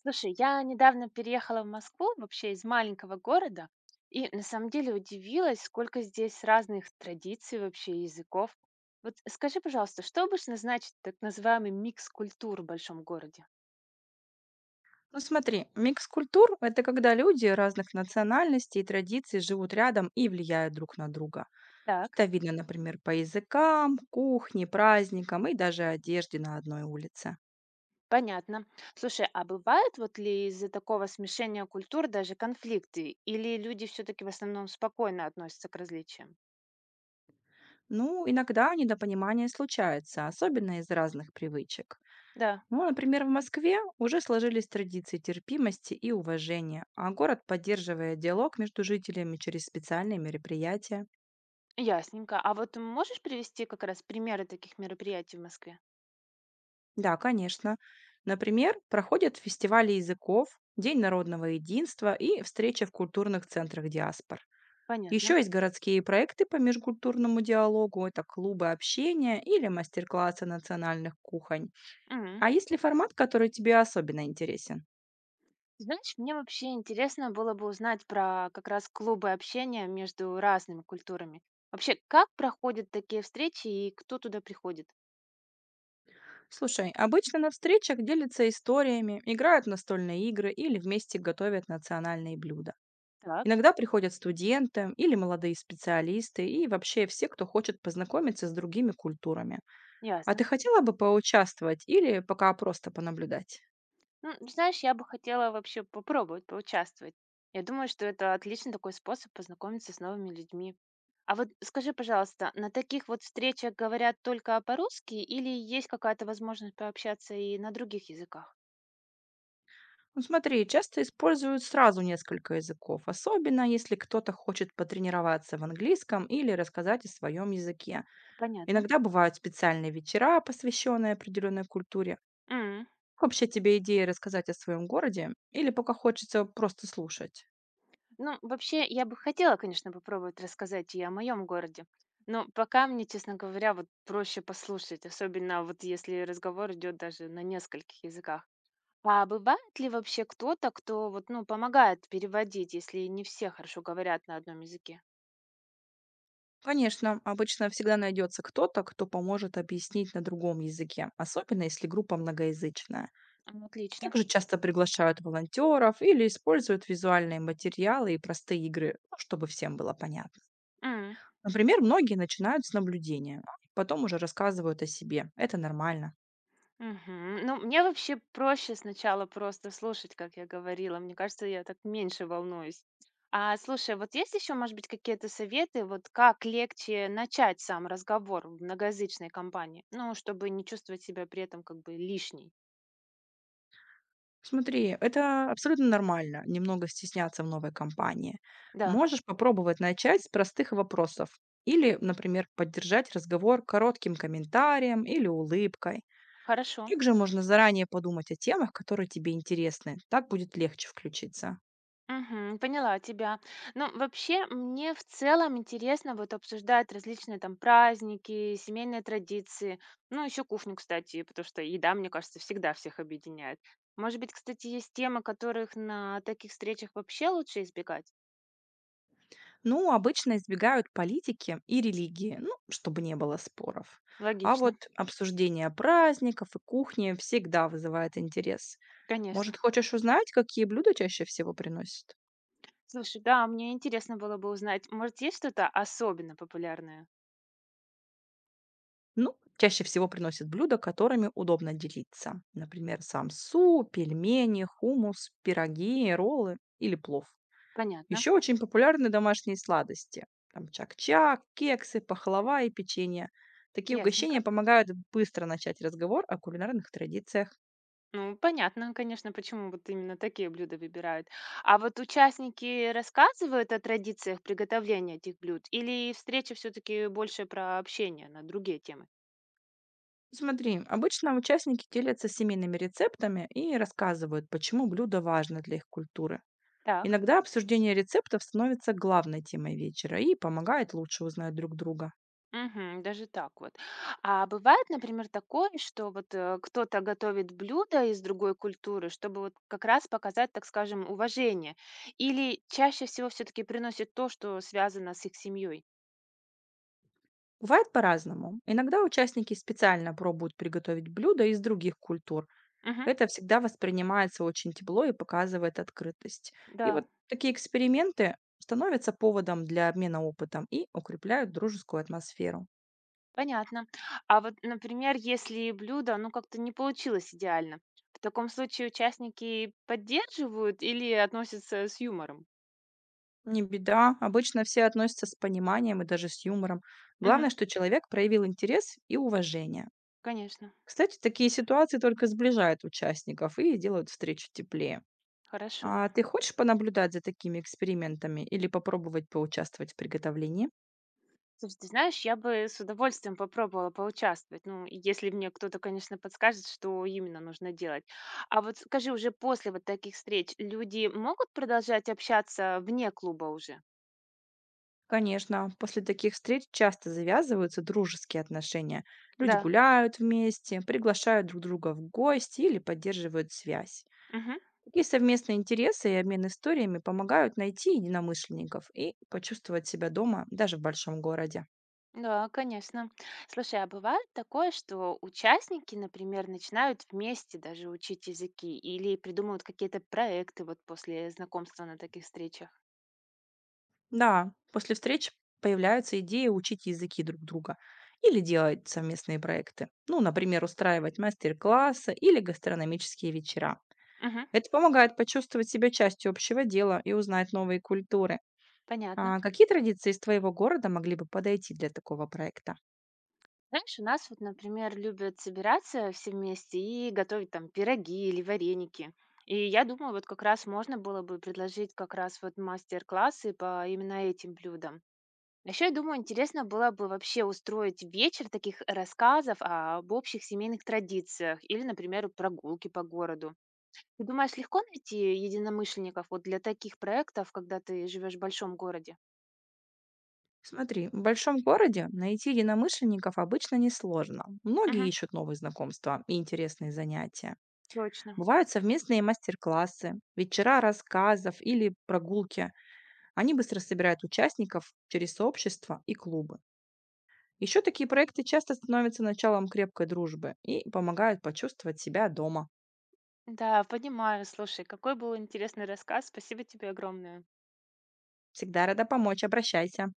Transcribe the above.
Слушай, я недавно переехала в Москву, вообще из маленького города, и на самом деле удивилась, сколько здесь разных традиций вообще и языков. Вот скажи, пожалуйста, что обычно значит так называемый микс культур в большом городе? Ну смотри, микс культур– это когда люди разных национальностей и традиций живут рядом и влияют друг на друга. Так, Это видно, например, по языкам, кухне, праздникам и даже одежде на одной улице. понятно. Слушай, а бывают вот ли из-за такого смешения культур даже конфликты, или люди все-таки в основном спокойно относятся к различиям? Ну, иногда недопонимание случается, особенно из разных привычек. Да, Ну, например, в Москве уже сложились традиции терпимости и уважения, а город поддерживает диалог между жителями через специальные мероприятия. ясненько. А вот можешь привести как раз примеры таких мероприятий в Москве? Да, конечно. Например, проходят фестивали языков, День народного единства и встречи в культурных центрах диаспор. Еще Понятно. есть городские проекты по межкультурному диалогу, это клубы общения или мастер-классы национальных кухонь. Мгм. А есть ли формат, который тебе особенно интересен? Знаешь, мне вообще интересно было бы узнать про как раз клубы общения между разными культурами. Вообще, как проходят такие встречи и кто туда приходит? Слушай, обычно на встречах делятся историями, играют в настольные игры или вместе готовят национальные блюда. Так, Иногда приходят студенты или молодые специалисты, и вообще все, кто хочет познакомиться с другими культурами. А ты ясно. хотела бы поучаствовать или пока просто понаблюдать? Ну, знаешь, я бы хотела вообще попробовать поучаствовать. Я думаю, что это отличный такой способ познакомиться с новыми людьми. А вот скажи, пожалуйста, на таких вот встречах говорят только по-русски или есть какая-то возможность пообщаться и на других языках? Ну, смотри, часто используют сразу несколько языков, особенно если кто-то хочет потренироваться в английском или рассказать о своем языке. Понятно. Иногда бывают специальные вечера, посвященные определенной культуре. Как вообще тебе идея рассказать о своем городе или пока хочется просто слушать? Ну, вообще, я бы хотела, конечно, попробовать рассказать и о моем городе. Но пока мне, честно говоря, вот проще послушать, особенно вот если разговор идет даже на нескольких языках. А бывает ли вообще кто-то, кто вот, ну, помогает переводить, если не все хорошо говорят на одном языке? Конечно, обычно всегда найдется кто-то, кто поможет объяснить на другом языке, особенно если группа многоязычная. М, отлично. Также часто приглашают волонтеров или используют визуальные материалы и простые игры, ну, чтобы всем было понятно. Например, многие начинают с наблюдения, а потом уже рассказывают о себе. Это нормально. Мгм. Ну, мне вообще проще сначала просто слушать, как я говорила. Мне кажется, я так меньше волнуюсь. А слушай, вот есть еще, может быть, какие-то советы, вот как легче начать сам разговор в многоязычной компании? Ну, чтобы не чувствовать себя при этом как бы лишней. Смотри, это абсолютно нормально, немного стесняться в новой компании. Да, Можешь попробовать начать с простых вопросов. Или, например, поддержать разговор коротким комментарием или улыбкой. хорошо. Также можно заранее подумать о темах, которые тебе интересны. Так будет легче включиться. Мгм. Поняла тебя. Ну, вообще, мне в целом интересно вот обсуждать различные там праздники, семейные традиции, ну, еще кухню, кстати, потому что еда, мне кажется, всегда всех объединяет. Может быть, кстати, есть темы, которых на таких встречах вообще лучше избегать? Ну, обычно избегают политики и религии, ну, чтобы не было споров. А Логично, вот обсуждение праздников и кухни всегда вызывает интерес. конечно. Может, хочешь узнать, какие блюда чаще всего приносят? Слушай, да, мне интересно было бы узнать, может, есть что-то особенно популярное? Ну, чаще всего приносят блюда, которыми удобно делиться. Например, самсу, пельмени, хумус, пироги, роллы или плов. Понятно, Еще очень популярны домашние сладости. Там чак-чак, кексы, пахлава и печенье. Такие угощения ясненько. помогают быстро начать разговор о кулинарных традициях. Ну, понятно, конечно, почему вот именно такие блюда выбирают. А вот участники рассказывают о традициях приготовления этих блюд или встреча все-таки больше про общение на другие темы? Смотри, обычно участники делятся семейными рецептами и рассказывают, почему блюдо важно для их культуры. Так. Иногда обсуждение рецептов становится главной темой вечера и помогает лучше узнать друг друга. Мгм, даже так вот. А бывает, например, такое, что вот кто-то готовит блюдо из другой культуры, чтобы вот как раз показать, так скажем, уважение, или чаще всего все-таки приносит то, что связано с их семьей? Бывает по-разному. Иногда участники специально пробуют приготовить блюда из других культур. Мгм, Это всегда воспринимается очень тепло и показывает открытость. И вот да. такие эксперименты становятся поводом для обмена опытом и укрепляют дружескую атмосферу. Понятно. А вот, например, если блюдо, ну, как-то не получилось идеально, в таком случае участники поддерживают или относятся с юмором? Не беда, обычно все относятся с пониманием и даже с юмором. Мгм. Главное, что человек проявил интерес и уважение. Конечно, Кстати, такие ситуации только сближают участников и делают встречу теплее. хорошо. А ты хочешь понаблюдать за такими экспериментами или попробовать поучаствовать в приготовлении? Слушай, ты знаешь, я бы с удовольствием попробовала поучаствовать, ну, и если мне кто-то, конечно, подскажет, что именно нужно делать. А вот скажи, уже после вот таких встреч люди могут продолжать общаться вне клуба уже? Конечно, после таких встреч часто завязываются дружеские отношения. Люди Да. гуляют вместе, приглашают друг друга в гости или поддерживают связь. Мгм. Такие совместные интересы и обмен историями помогают найти единомышленников и почувствовать себя дома даже в большом городе. Да, конечно. Слушай, а бывает такое, что участники, например, начинают вместе даже учить языки или придумывают какие-то проекты вот после знакомства на таких встречах? Да, после встреч появляются идеи учить языки друг друга или делать совместные проекты. Ну, например, устраивать мастер-классы или гастрономические вечера. Мгм, Это помогает почувствовать себя частью общего дела и узнать новые культуры. понятно. А какие традиции из твоего города могли бы подойти для такого проекта? Знаешь, у нас вот, например, любят собираться все вместе и готовить там пироги или вареники. И я думаю, вот как раз можно было бы предложить как раз вот мастер-классы по именно этим блюдам. Еще, я думаю, интересно было бы вообще устроить вечер таких рассказов об общих семейных традициях или, например, прогулки по городу. Ты думаешь, легко найти единомышленников вот для таких проектов, когда ты живешь в большом городе? Смотри, в большом городе найти единомышленников обычно несложно. Многие Мгм, ищут новые знакомства и интересные занятия. точно. Бывают совместные мастер-классы, вечера рассказов или прогулки. Они быстро собирают участников через сообщества и клубы. Еще такие проекты часто становятся началом крепкой дружбы и помогают почувствовать себя дома. Да, понимаю. Слушай, какой был интересный рассказ. Спасибо тебе огромное. Всегда рада помочь, обращайся.